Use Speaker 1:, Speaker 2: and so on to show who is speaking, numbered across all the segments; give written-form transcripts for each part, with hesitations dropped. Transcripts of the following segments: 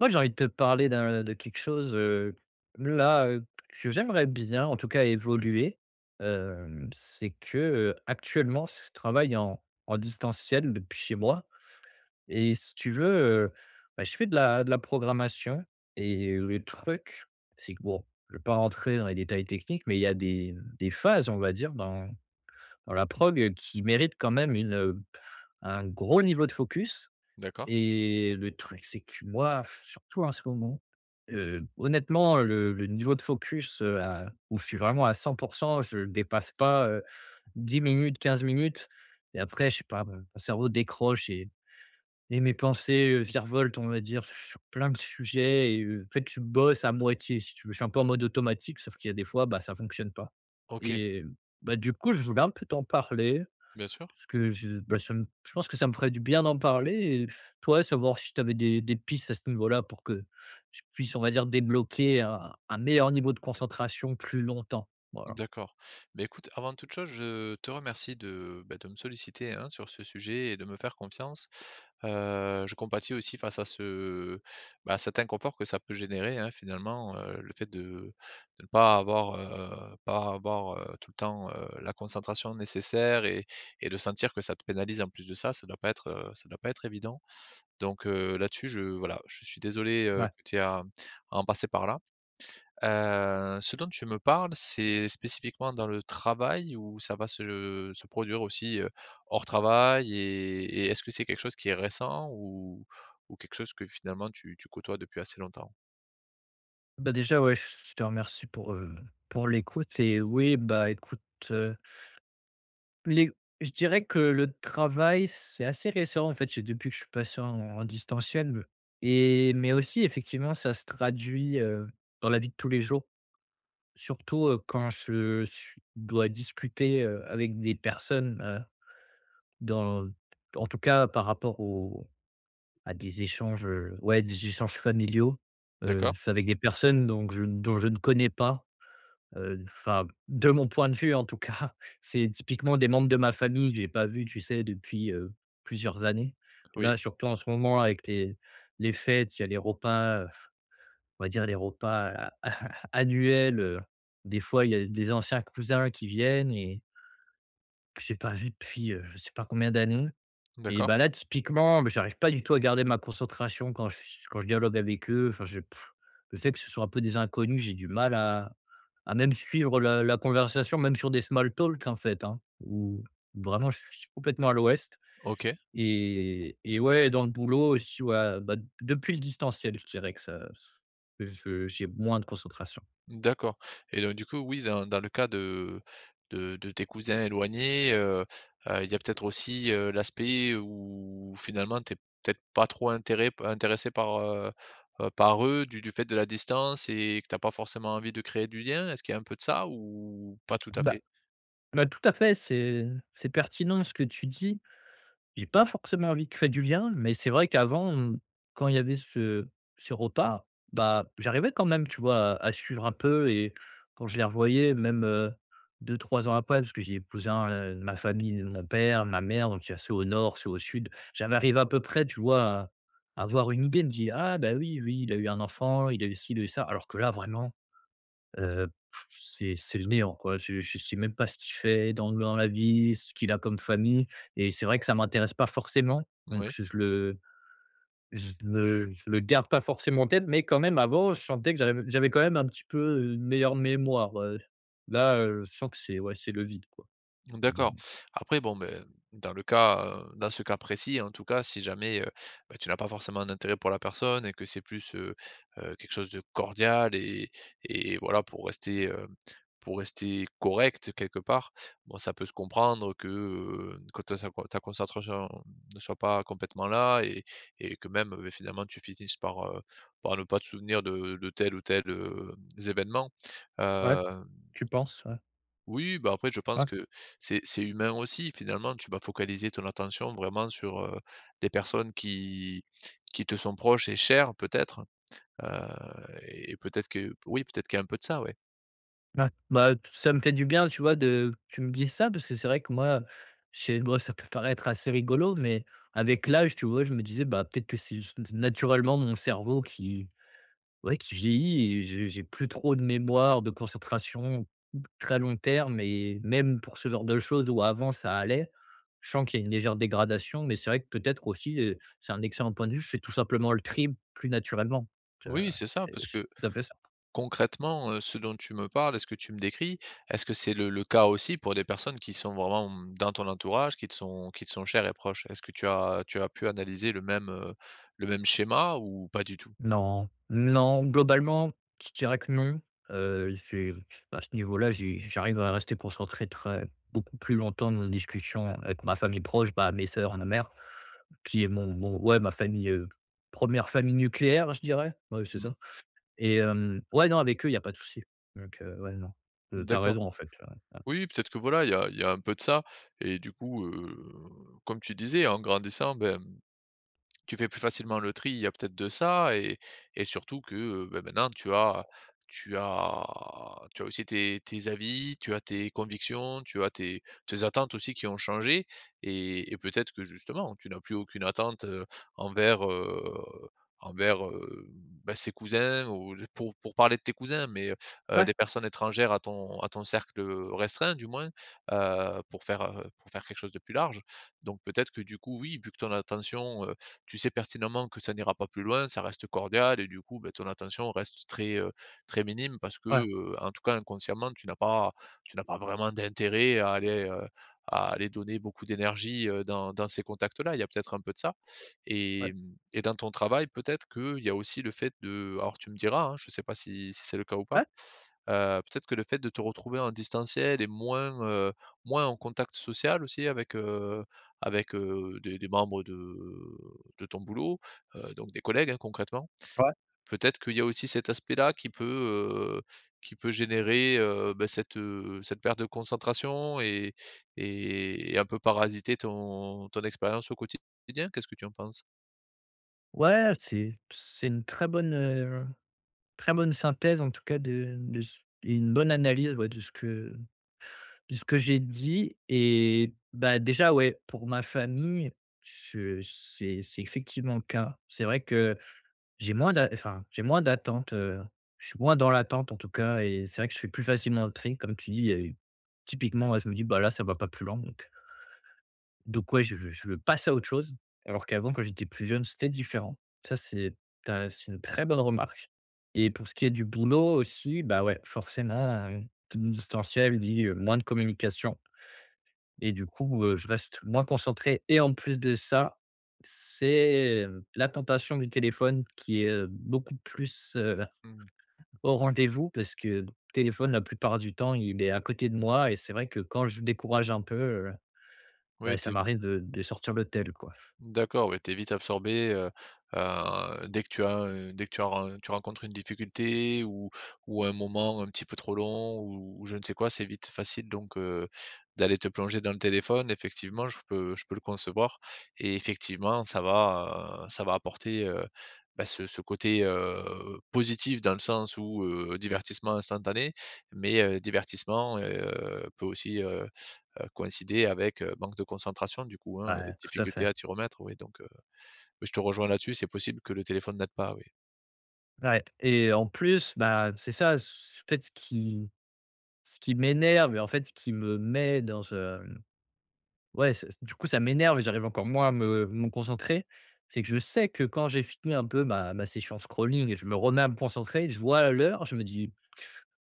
Speaker 1: Moi, j'ai envie de te parler d'un de quelque chose, là, que j'aimerais bien, en tout cas, évoluer. C'est que, actuellement, je travaille en distanciel depuis chez moi, et si tu veux, heu, bah, je fais de la programmation. Et le truc, c'est que bon, je ne vais pas rentrer dans les détails techniques, mais il y a des phases, on va dire, dans la prog, qui méritent quand même un gros niveau de focus.
Speaker 2: D'accord,
Speaker 1: Et le truc, c'est que moi, surtout en ce moment, honnêtement, le niveau de focus, à où je suis vraiment à 100. Je ne dépasse pas, 10 minutes, 15 minutes, et après, je sais pas, mon cerveau décroche, et mes pensées, virevoltent, on va dire, sur plein de sujets, et en fait, je bosse à moitié, si tu veux. Je suis un peu en mode automatique, sauf qu'il y a des fois, bah, ça ne fonctionne pas.
Speaker 2: OK,
Speaker 1: Et bah, du coup, je voulais un peu t'en parler.
Speaker 2: bien sûr,
Speaker 1: Parce que je bah, ça me je pense que ça me ferait du bien d'en parler, et toi, savoir si tu avais des pistes à ce niveau-là pour que je puisse, on va dire, débloquer un meilleur niveau de concentration plus longtemps. Voilà.
Speaker 2: d'accord. Mais écoute, avant toute chose, je te remercie de, bah, de me solliciter, hein, sur ce sujet et de me faire confiance. Je compatis aussi face à ce, bah, à cet inconfort que ça peut générer, hein, finalement, le fait de ne pas avoir, pas avoir, tout le temps, la concentration nécessaire et de sentir que ça te pénalise en plus de ça, ça doit pas être, ça doit pas être évident. Donc là-dessus, je voilà, je suis désolé,
Speaker 1: Ouais.
Speaker 2: que tu aies à en passer par là. Ce dont tu me parles, c'est spécifiquement dans le travail ou ça va se produire aussi, hors travail et est-ce que c'est quelque chose qui est récent ou quelque chose que finalement tu côtoies depuis assez longtemps?
Speaker 1: Bah, déjà, ouais, je te remercie pour l'écoute. Et oui, bah, écoute, heu, les je dirais que le travail, c'est assez récent, en fait, c'est depuis que je suis passé en distanciel. Et mais aussi effectivement, ça se traduit, dans la vie de tous les jours. Surtout, quand je suis dois discuter, avec des personnes, dans en tout cas par rapport aux à des échanges, ouais, des échanges familiaux,
Speaker 2: D'accord,
Speaker 1: c'est avec des personnes, donc je dont je ne connais pas, enfin, de mon point de vue en tout cas. C'est typiquement des membres de ma famille que j'ai pas vu, tu sais, depuis, plusieurs années.
Speaker 2: oui,
Speaker 1: Là, surtout en ce moment avec les fêtes, il y a les repas, on va dire les repas annuels, des fois il y a des anciens cousins qui viennent et que j'ai pas vu depuis, je ne sais pas combien d'années. Et
Speaker 2: d'accord,
Speaker 1: bah, là typiquement, beh, j'arrive pas du tout à garder ma concentration quand je dialogue avec eux. Enfin, le fait que ce soit un peu des inconnus, j'ai du mal à même suivre la conversation, même sur des small talk en fait, hein, où vraiment je suis complètement à l'ouest.
Speaker 2: OK.
Speaker 1: Et ouais, dans le boulot aussi, ouais, bah, depuis le distanciel, je dirais que ça que je j'ai moins de concentration.
Speaker 2: D'accord et donc du coup, oui, dans le cas de de tes cousins éloignés, il y a peut-être aussi, l'aspect où finalement tu es peut-être pas trop intéré intéressé par, par eux du fait de la distance et que tu as pas forcément envie de créer du lien. Est-ce qu'il y a un peu de ça ou pas tout à
Speaker 1: Bah
Speaker 2: fait?
Speaker 1: bah, tout à fait, c'est pertinent ce que tu dis. J'ai pas forcément envie de créer du lien, mais c'est vrai qu'avant, quand il y avait ce repas, bah, j'arrivais quand même, tu vois, à suivre un peu, et quand je les revoyais même, 2-3 ans après, parce que j'ai épousé ma famille, mon père, ma mère, donc il y a ceux au nord, ceux au sud. J'arri arrive à peu près, tu vois, à avoir une idée, me dit: «Ah bah oui, oui il a eu un enfant, il a eu ci, il a eu ça», alors que là, vraiment, Heu, c'est le néant, quoi. Je sais même pas ce qu'il fait dans la vie, ce qu'il a comme famille, et c'est vrai que ça m'intéresse pas forcément, donc
Speaker 2: Oui.
Speaker 1: je le garde pas forcément en tête, mais quand même avant, je sentais que j'avais quand même un petit peu une meilleure mémoire. Là, je sens que c'est ouais, c'est le vide, quoi,
Speaker 2: D'accord.
Speaker 1: globalement.
Speaker 2: Après bon, beh, dans le cas, dans ce cas précis en tout cas, si jamais, bah, tu n'as pas forcément un intérêt pour la personne et que c'est plus, quelque chose de cordial et voilà pour rester correct quelque part, bon ça peut se comprendre que ta concentration ne soit pas complètement là et que même, beh, finalement tu finisses par, par ne pas te souvenir de tels ou tel événements,
Speaker 1: Ouais, tu penses? Ouais.
Speaker 2: oui, bah, après je pense
Speaker 1: Ouais.
Speaker 2: que c'est humain aussi finalement, tu vas focaliser ton attention vraiment sur, les personnes qui te sont proches et chères peut-être, et peut-être que oui, peut-être qu'il y a un peu de ça, ouais.
Speaker 1: Ouais. Bah, t ça me fait du bien, tu vois, de tu me dises ça, parce que c'est vrai que moi, c'est moi ça peut paraître assez rigolo, mais avec l'âge, tu vois, je me disais, bah, peut-être que c'est juste naturellement mon cerveau qui ouais, qui vieillit, et j'ai plus trop de mémoire, de concentration très long terme, et même pour ce genre de choses où avant ça allait, je sens qu'il y a une légère dégradation, mais c'est vrai que peut-être aussi, c'est un excellent point de vue, je fais tout simplement le tri plus naturellement. Tu
Speaker 2: Oui, c'est ça parce
Speaker 1: C'est
Speaker 2: que
Speaker 1: tout à fait ça.
Speaker 2: concrètement, ce dont tu me parles est ce que tu me décris, est-ce que c'est le cas aussi pour des personnes qui sont vraiment, mmh, dans ton entourage, qui te sont chères et proches? Est-ce que tu as pu analyser le même schéma ou pas du tout?
Speaker 1: Non, non, globalement, je dirais que non. J'ai à ce niveau-là, j'arrive à rester concentré très beaucoup plus longtemps dans les discussions avec ma famille proche, bah, mes sœurs, ma mère, qui est mon mon ouais, ma famille, une famille nucléaire, je dirais. Ouais, c'est
Speaker 2: Mmh.
Speaker 1: ça. Et ouais, non, avec eux, il y a pas de souci. Donc, ouais, non, tu
Speaker 2: D'accord.
Speaker 1: raison, en fait,
Speaker 2: Oui, peut-être que voilà, il y a un peu de ça et du coup, comme tu disais, en grandissant, ben tu fais plus facilement le tri, il y a peut-être de ça et surtout que, bah, maintenant tu as aussi tes avis, tu as tes convictions, tu as tes attentes aussi qui ont changé et peut-être que justement tu n'as plus aucune attente, envers, envers, bah, ses cousins ou pour parler de tes cousins, mais
Speaker 1: ouais,
Speaker 2: des personnes étrangères à ton cercle, restreint du moins, pour faire quelque chose de plus large. Donc peut-être que du coup oui, vu que ton attention, tu sais pertinemment que ça n'ira pas plus loin, ça reste cordial et du coup, beh, ton attention reste très, très minime parce que,
Speaker 1: ouais,
Speaker 2: en tout cas inconsciemment, tu n'as pas vraiment d'intérêt à aller donner beaucoup d'énergie, dans ces contacts-là. Il y a peut-être un peu de ça
Speaker 1: ouais,
Speaker 2: et mmh et dans ton travail, peut-être qu'il y a aussi le fait de alors tu me diras, hein, je ne sais pas si c'est le cas ou pas?
Speaker 1: ouais,
Speaker 2: Peut-être que le fait de te retrouver en distanciel et moins, moins en contact social aussi avec, avec, des membres de ton boulot, donc des collègues, hein, concrètement.
Speaker 1: ouais.
Speaker 2: Peut-être qu'il y a aussi cet aspect-là qui peut générer, bah, cette, cette perte de concentration et un peu parasiter ton expérience au quotidien. Qu'est-ce que tu en penses?
Speaker 1: Ouais, c'est une très bonne synthèse, en tout cas, de ce et une bonne analyse, ouais, de ce que j'ai dit. Et bah, déjà, ouais, pour ma famille, je c'est effectivement le cas. C'est vrai que j'ai moins d'a enfin, j'ai moins d'attentes, je suis moins dans l'attente en tout cas, et c'est vrai que je fais plus facilement le tri comme tu dis, et typiquement, ouais, je me dis: «Bah, là, ça va pas plus loin», donc ouais, je passe à autre chose, alors qu'avant, quand j'étais plus jeune, c'était différent. Ça, c'est tu c'est une très bonne remarque. Et pour ce qui est du boulot aussi, bah, ouais, forcément, distanciel dit, moins de communication. Et du coup, je reste moins concentré, et en plus de ça, c'est, la tentation du téléphone qui est, beaucoup plus,
Speaker 2: Mmh.
Speaker 1: au rendez-vous, parce que le téléphone, la plupart du temps, il est à côté de moi, et c'est vrai que quand je décourage un peu, bah,
Speaker 2: Oui,
Speaker 1: ça m'arrive de sortir le tel, quoi.
Speaker 2: d'accord, ouais, tu vite absorbé, dès que tu as, dès que tu rencontres une difficulté ou un moment un petit peu trop long ou je ne sais quoi, c'est vite facile donc d'aller te plonger dans le téléphone. Effectivement, je peux le concevoir et effectivement, ça va apporter, bah, ce côté, positif dans le sens où, divertissement instantané, mais divertissement, peut aussi, coïncider avec, manque de concentration du coup, hein et
Speaker 1: Ouais, tout à
Speaker 2: difficulté
Speaker 1: fait.
Speaker 2: à t'y remettre, oui, donc oui je te rejoins là-dessus, c'est possible que le téléphone n'aide pas, oui.
Speaker 1: Ouais, et en plus, bah, c'est ça, s en fait, ce qui m'énerve, et en fait, ce qui me met dans ce ouais, c'est du coup, ça m'énerve, et j'arrive encore moins à me concentrer. C'est que je sais que quand j'ai fini un peu ma session scrolling et je me remets à me concentrer, je vois l'heure,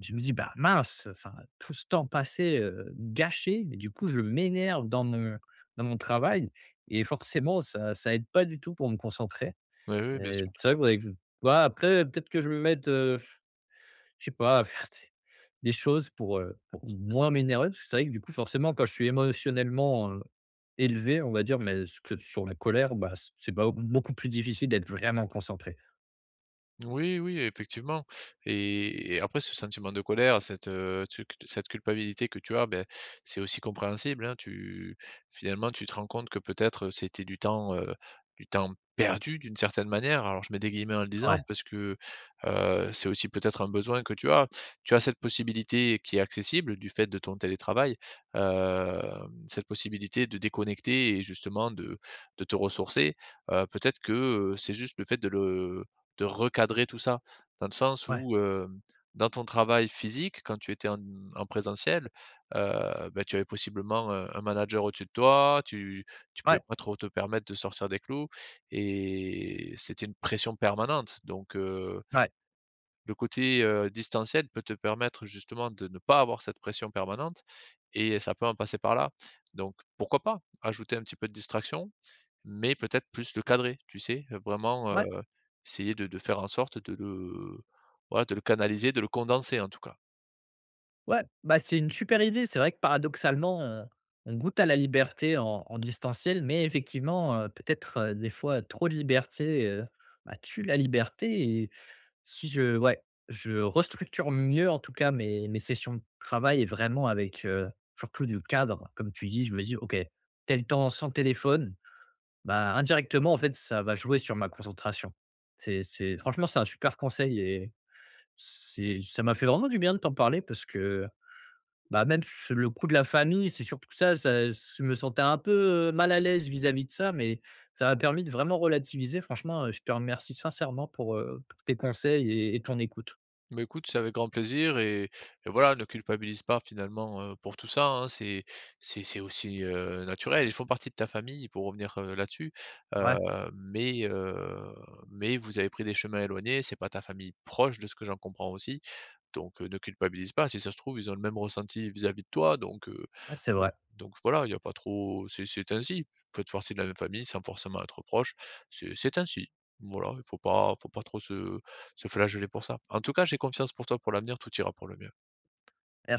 Speaker 1: je me dis: «Bah, mince, enfin, tout ce temps passé, gâché», et du coup, je m'énerve dans mon travail, et forcément, ça aide pas du tout pour me concentrer,
Speaker 2: Oui, oui, bien
Speaker 1: et
Speaker 2: sûr.
Speaker 1: c'est vrai que faudrait que je tu vois, après, peut-être que je me mette, je sais pas, faire des choses pour moins m'énerver. Parce que c'est vrai que du coup, forcément, quand je suis émotionnellement, élevé, on va dire, mais s que sur la colère, bah, c'est ba beaucoup plus difficile d'être vraiment concentré.
Speaker 2: Oui, oui, effectivement. Et après, ce sentiment de colère, cette, cette culpabilité que tu as, ben, c'est aussi compréhensible, hein. Tu, finalement, tu te rends compte que peut-être c'était du temps perdu d'une certaine manière. Alors, je mets des guillemets en le disant
Speaker 1: Ouais,
Speaker 2: parce que c'est aussi peut-être un besoin que tu as. Tu as cette possibilité qui est accessible du fait de ton télétravail, euh, cette possibilité de déconnecter et justement de te ressourcer. Peut-être que c'est juste le fait de le de recadrer tout ça. Dans le sens
Speaker 1: ouais,
Speaker 2: où, dans ton travail physique, quand tu étais en présentiel, bah, tu avais possiblement, un manager au-dessus de toi, tu ne pouvais
Speaker 1: ouais,
Speaker 2: pas trop te permettre de sortir des clous et c'était une pression permanente. Donc, heu,
Speaker 1: ouais,
Speaker 2: le côté, distanciel peut te permettre justement de ne pas avoir cette pression permanente et ça peut en passer par là. Donc pourquoi pas ajouter un petit peu de distraction? Mais peut-être plus le cadrer, tu sais? Vraiment,
Speaker 1: ouais,
Speaker 2: essayer de faire en sorte de le voilà, de le canaliser, de le condenser en tout cas.
Speaker 1: ouais, bah, c'est une super idée. C'est vrai que paradoxalement, on goûte à la liberté en distanciel, mais effectivement, peut-être, des fois, trop de liberté, bah, tue la liberté. Si je Ouais, je restructure mieux en tout cas mes sessions de travail, et vraiment avec, surtout du cadre. Comme tu dis, je me dis: «OK, tel temps sans téléphone», bah, indirectement en fait ça va jouer sur ma concentration. C'est franchement c'est un super conseil, et c'est ça m'a fait vraiment du bien de t'en parler, parce que, bah, même s le coup de la famille, c'est surtout ça, je me sentais un peu, mal à l'aise vis-à-vis de ça, mais ça m'a permis de vraiment relativiser. Franchement, je te remercie sincèrement pour tes conseils et ton écoute.
Speaker 2: Mais écoute, c'est avec grand plaisir et voilà, ne culpabilise pas finalement, pour tout ça, hein. C'est aussi, naturel. Ils font partie de ta famille pour revenir, là-dessus, heu,
Speaker 1: Ouais,
Speaker 2: mais mais vous avez pris des chemins éloignés. C'est pas ta famille proche de ce que j'en comprends aussi, donc ne culpabilise pas. Si ça se trouve, ils ont le même ressenti vis-à-vis de toi, donc
Speaker 1: ouais, c'est vrai.
Speaker 2: donc voilà, il y a pas trop c'est ainsi. Vous faites partie de la même famille sans forcément être proche, c'est ainsi. Voilà, il faut pas trop se flageller pour ça. En tout cas, j'ai confiance pour toi pour l'avenir, tout ira pour le mieux.
Speaker 1: Et